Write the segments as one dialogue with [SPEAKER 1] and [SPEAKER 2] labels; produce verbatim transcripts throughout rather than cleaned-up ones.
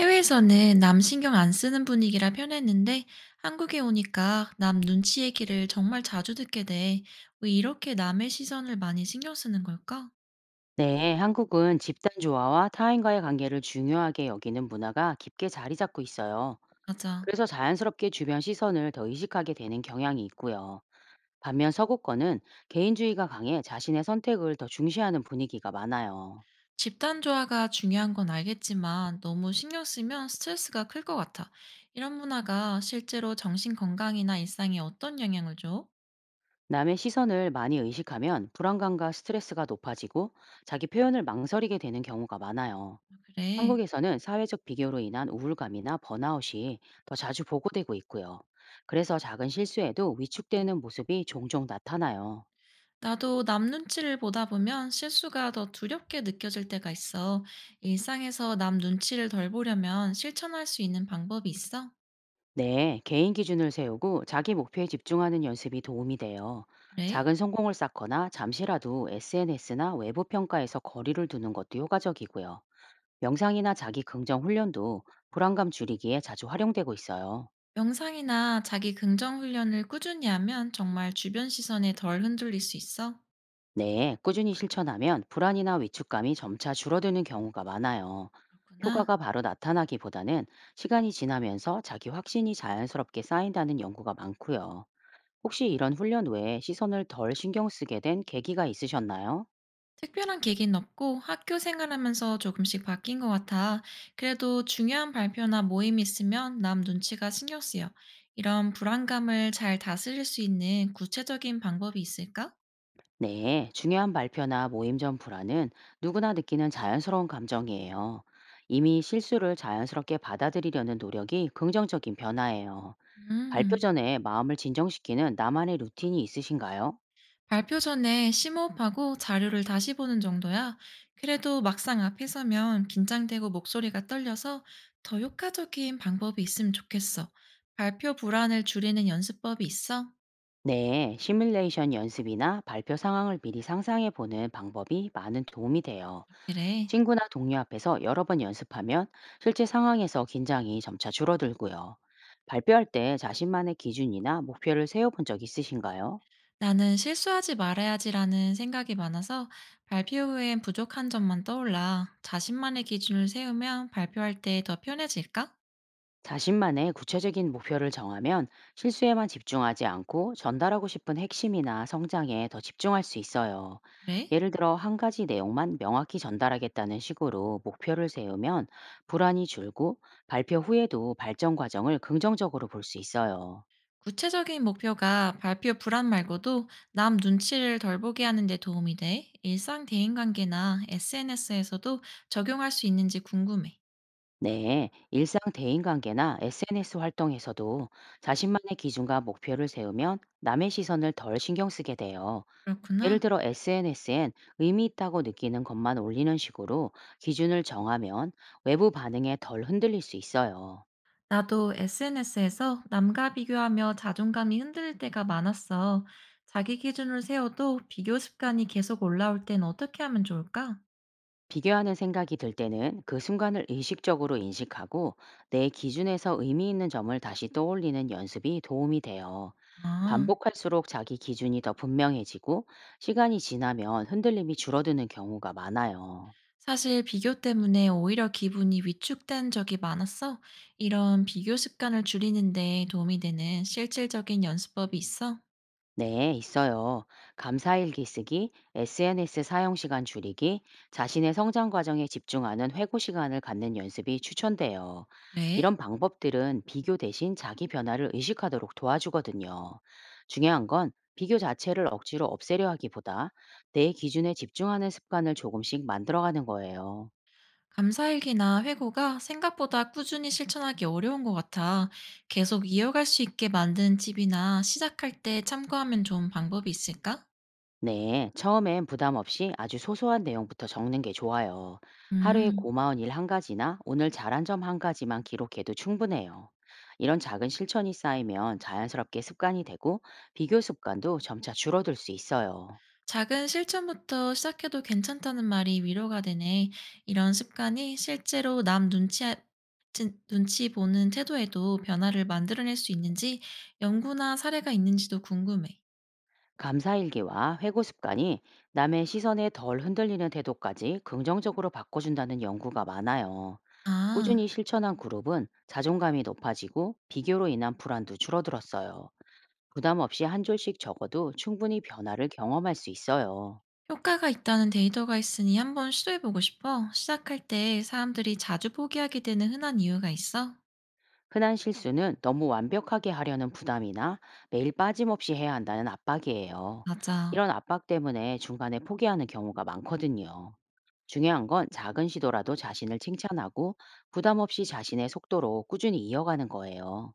[SPEAKER 1] 해외에서는 남 신경 안 쓰는 분위기라 편했는데 한국에 오니까 남 눈치 얘기를 정말 자주 듣게 돼. 왜 이렇게 남의 시선을 많이 신경 쓰는 걸까?
[SPEAKER 2] 네, 한국은 집단 조화와 타인과의 관계를 중요하게 여기는 문화가 깊게 자리 잡고 있어요.
[SPEAKER 1] 맞아.
[SPEAKER 2] 그래서 자연스럽게 주변 시선을 더 의식하게 되는 경향이 있고요. 반면 서구권은 개인주의가 강해 자신의 선택을 더 중시하는 분위기가 많아요.
[SPEAKER 1] 집단 조화가 중요한 건 알겠지만 너무 신경 쓰면 스트레스가 클 것 같아. 이런 문화가 실제로 정신 건강이나 일상에 어떤 영향을 줘?
[SPEAKER 2] 남의 시선을 많이 의식하면 불안감과 스트레스가 높아지고 자기 표현을 망설이게 되는 경우가 많아요.
[SPEAKER 1] 그래.
[SPEAKER 2] 한국에서는 사회적 비교로 인한 우울감이나 번아웃이 더 자주 보고되고 있고요. 그래서 작은 실수에도 위축되는 모습이 종종 나타나요.
[SPEAKER 1] 나도 남 눈치를 보다 보면 실수가 더 두렵게 느껴질 때가 있어. 일상에서 남 눈치를 덜 보려면 실천할 수 있는 방법이 있어?
[SPEAKER 2] 네, 개인 기준을 세우고 자기 목표에 집중하는 연습이 도움이 돼요.
[SPEAKER 1] 그래?
[SPEAKER 2] 작은 성공을 쌓거나 잠시라도 에스엔에스나 외부 평가에서 거리를 두는 것도 효과적이고요. 명상이나 자기 긍정 훈련도 불안감 줄이기에 자주 활용되고 있어요.
[SPEAKER 1] 명상이나 자기 긍정 훈련을 꾸준히 하면 정말 주변 시선에 덜 흔들릴 수 있어?
[SPEAKER 2] 네, 꾸준히 실천하면 불안이나 위축감이 점차 줄어드는 경우가 많아요.
[SPEAKER 1] 그렇구나.
[SPEAKER 2] 효과가 바로 나타나기보다는 시간이 지나면서 자기 확신이 자연스럽게 쌓인다는 연구가 많고요. 혹시 이런 훈련 외에 시선을 덜 신경 쓰게 된 계기가 있으셨나요?
[SPEAKER 1] 특별한 계기는 없고 학교 생활하면서 조금씩 바뀐 것 같아. 그래도 중요한 발표나 모임 이 있으면 남 눈치가 신경 쓰여. 이런 불안감을 잘 다스릴 수 있는 구체적인 방법이 있을까?
[SPEAKER 2] 네, 중요한 발표나 모임 전 불안은 누구나 느끼는 자연스러운 감정이에요. 이미 실수를 자연스럽게 받아들이려는 노력이 긍정적인 변화예요. 발표
[SPEAKER 1] 음.
[SPEAKER 2] 전에 마음을 진정시키는 나만의 루틴이 있으신가요?
[SPEAKER 1] 발표 전에 심호흡하고 자료를 다시 보는 정도야. 그래도 막상 앞에 서면 긴장되고 목소리가 떨려서 더 효과적인 방법이 있으면 좋겠어. 발표 불안을 줄이는 연습법이 있어?
[SPEAKER 2] 네, 시뮬레이션 연습이나 발표 상황을 미리 상상해 보는 방법이 많은 도움이 돼요.
[SPEAKER 1] 그래.
[SPEAKER 2] 친구나 동료 앞에서 여러 번 연습하면 실제 상황에서 긴장이 점차 줄어들고요. 발표할 때 자신만의 기준이나 목표를 세워본 적 있으신가요?
[SPEAKER 1] 나는 실수하지 말아야지라는 생각이 많아서 발표 후엔 부족한 점만 떠올라. 자신만의 기준을 세우면 발표할 때 더 편해질까?
[SPEAKER 2] 자신만의 구체적인 목표를 정하면 실수에만 집중하지 않고 전달하고 싶은 핵심이나 성장에 더 집중할 수 있어요.
[SPEAKER 1] 그래?
[SPEAKER 2] 예를 들어 한 가지 내용만 명확히 전달하겠다는 식으로 목표를 세우면 불안이 줄고 발표 후에도 발전 과정을 긍정적으로 볼 수 있어요.
[SPEAKER 1] 구체적인 목표가 발표 불안 말고도 남 눈치를 덜 보게 하는 데 도움이 돼. 일상 대인관계나 에스엔에스에서도 적용할 수 있는지 궁금해.
[SPEAKER 2] 네, 일상 대인관계나 에스엔에스 활동에서도 자신만의 기준과 목표를 세우면 남의 시선을 덜 신경 쓰게 돼요. 예를
[SPEAKER 1] 그렇구나.
[SPEAKER 2] 들어 에스엔에스엔 의미 있다고 느끼는 것만 올리는 식으로 기준을 정하면 외부 반응에 덜 흔들릴 수 있어요.
[SPEAKER 1] 나도 에스엔에스에서 남과 비교하며 자존감이 흔들릴 때가 많았어. 자기 기준을 세워도 비교 습관이 계속 올라올 땐 어떻게 하면 좋을까?
[SPEAKER 2] 비교하는 생각이 들 때는 그 순간을 의식적으로 인식하고 내 기준에서 의미 있는 점을 다시 떠올리는 연습이 도움이 돼요.
[SPEAKER 1] 아.
[SPEAKER 2] 반복할수록 자기 기준이 더 분명해지고 시간이 지나면 흔들림이 줄어드는 경우가 많아요.
[SPEAKER 1] 사실 비교 때문에 오히려 기분이 위축된 적이 많았어. 이런 비교 습관을 줄이는데 도움이 되는 실질적인 연습법이 있어?
[SPEAKER 2] 네, 있어요. 감사일기 쓰기, 에스엔에스 사용 시간 줄이기, 자신의 성장 과정에 집중하는 회고 시간을 갖는 연습이 추천돼요.
[SPEAKER 1] 그래?
[SPEAKER 2] 이런 방법들은 비교 대신 자기 변화를 의식하도록 도와주거든요. 중요한 건 비교 자체를 억지로 없애려 하기보다 내 기준에 집중하는 습관을 조금씩 만들어가는 거예요.
[SPEAKER 1] 감사일기나 회고가 생각보다 꾸준히 실천하기 어려운 것 같아. 계속 이어갈 수 있게 만드는 팁이나 시작할 때 참고하면 좋은 방법이 있을까?
[SPEAKER 2] 네, 처음엔 부담 없이 아주 소소한 내용부터 적는 게 좋아요. 하루에
[SPEAKER 1] 음.
[SPEAKER 2] 고마운 일 한 가지나 오늘 잘한 점 한 가지만 기록해도 충분해요. 이런 작은 실천이 쌓이면 자연스럽게 습관이 되고 비교 습관도 점차 줄어들 수 있어요.
[SPEAKER 1] 작은 실천부터 시작해도 괜찮다는 말이 위로가 되네. 이런 습관이 실제로 남 눈치, 아- 진- 눈치 보는 태도에도 변화를 만들어낼 수 있는지 연구나 사례가 있는지도 궁금해.
[SPEAKER 2] 감사일기와 회고 습관이 남의 시선에 덜 흔들리는 태도까지 긍정적으로 바꿔준다는 연구가 많아요. 꾸준히
[SPEAKER 1] 아,
[SPEAKER 2] 실천한 그룹은 자존감이 높아지고 비교로 인한 불안도 줄어들었어요. 부담 없이 한 줄씩 적어도 충분히 변화를 경험할 수 있어요.
[SPEAKER 1] 효과가 있다는 데이터가 있으니 한번 시도해보고 싶어. 시작할 때 사람들이 자주 포기하게 되는 흔한 이유가 있어?
[SPEAKER 2] 흔한 실수는 너무 완벽하게 하려는 부담이나 매일 빠짐없이 해야 한다는 압박이에요.
[SPEAKER 1] 맞아.
[SPEAKER 2] 이런 압박 때문에 중간에 포기하는 경우가 많거든요. 중요한 건 작은 시도라도 자신을 칭찬하고 부담 없이 자신의 속도로 꾸준히 이어가는 거예요.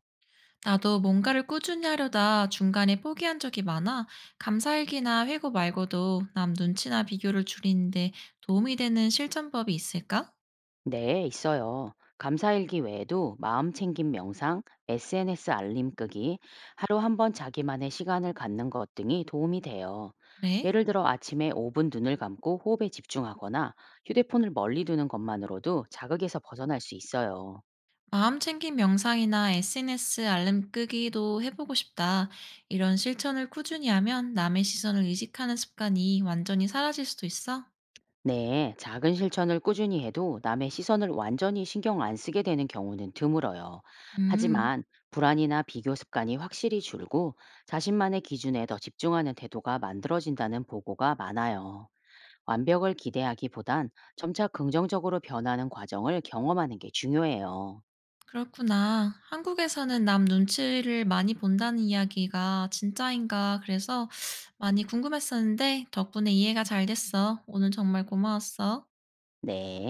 [SPEAKER 1] 나도 뭔가를 꾸준히 하려다 중간에 포기한 적이 많아. 감사일기나 회고 말고도 남 눈치나 비교를 줄이는데 도움이 되는 실천법이 있을까?
[SPEAKER 2] 네, 있어요. 감사일기 외에도 마음 챙김 명상, 에스엔에스 알림 끄기, 하루 한 번 자기만의 시간을 갖는 것 등이 도움이 돼요.
[SPEAKER 1] 그래?
[SPEAKER 2] 예를 들어 아침에 오 분 눈을 감고 호흡에 집중하거나 휴대폰을 멀리 두는 것만으로도 자극에서 벗어날 수 있어요.
[SPEAKER 1] 마음 챙김 명상이나 에스엔에스 알림 끄기도 해보고 싶다. 이런 실천을 꾸준히 하면 남의 시선을 의식하는 습관이 완전히 사라질 수도 있어?
[SPEAKER 2] 네, 작은 실천을 꾸준히 해도 남의 시선을 완전히 신경 안 쓰게 되는 경우는 드물어요.
[SPEAKER 1] 음,
[SPEAKER 2] 하지만 불안이나 비교 습관이 확실히 줄고 자신만의 기준에 더 집중하는 태도가 만들어진다는 보고가 많아요. 완벽을 기대하기보단 점차 긍정적으로 변하는 과정을 경험하는 게 중요해요.
[SPEAKER 1] 그렇구나. 한국에서는 남 눈치를 많이 본다는 이야기가 진짜인가. 그래서 많이 궁금했었는데 덕분에 이해가 잘 됐어. 오늘 정말 고마웠어.
[SPEAKER 2] 네.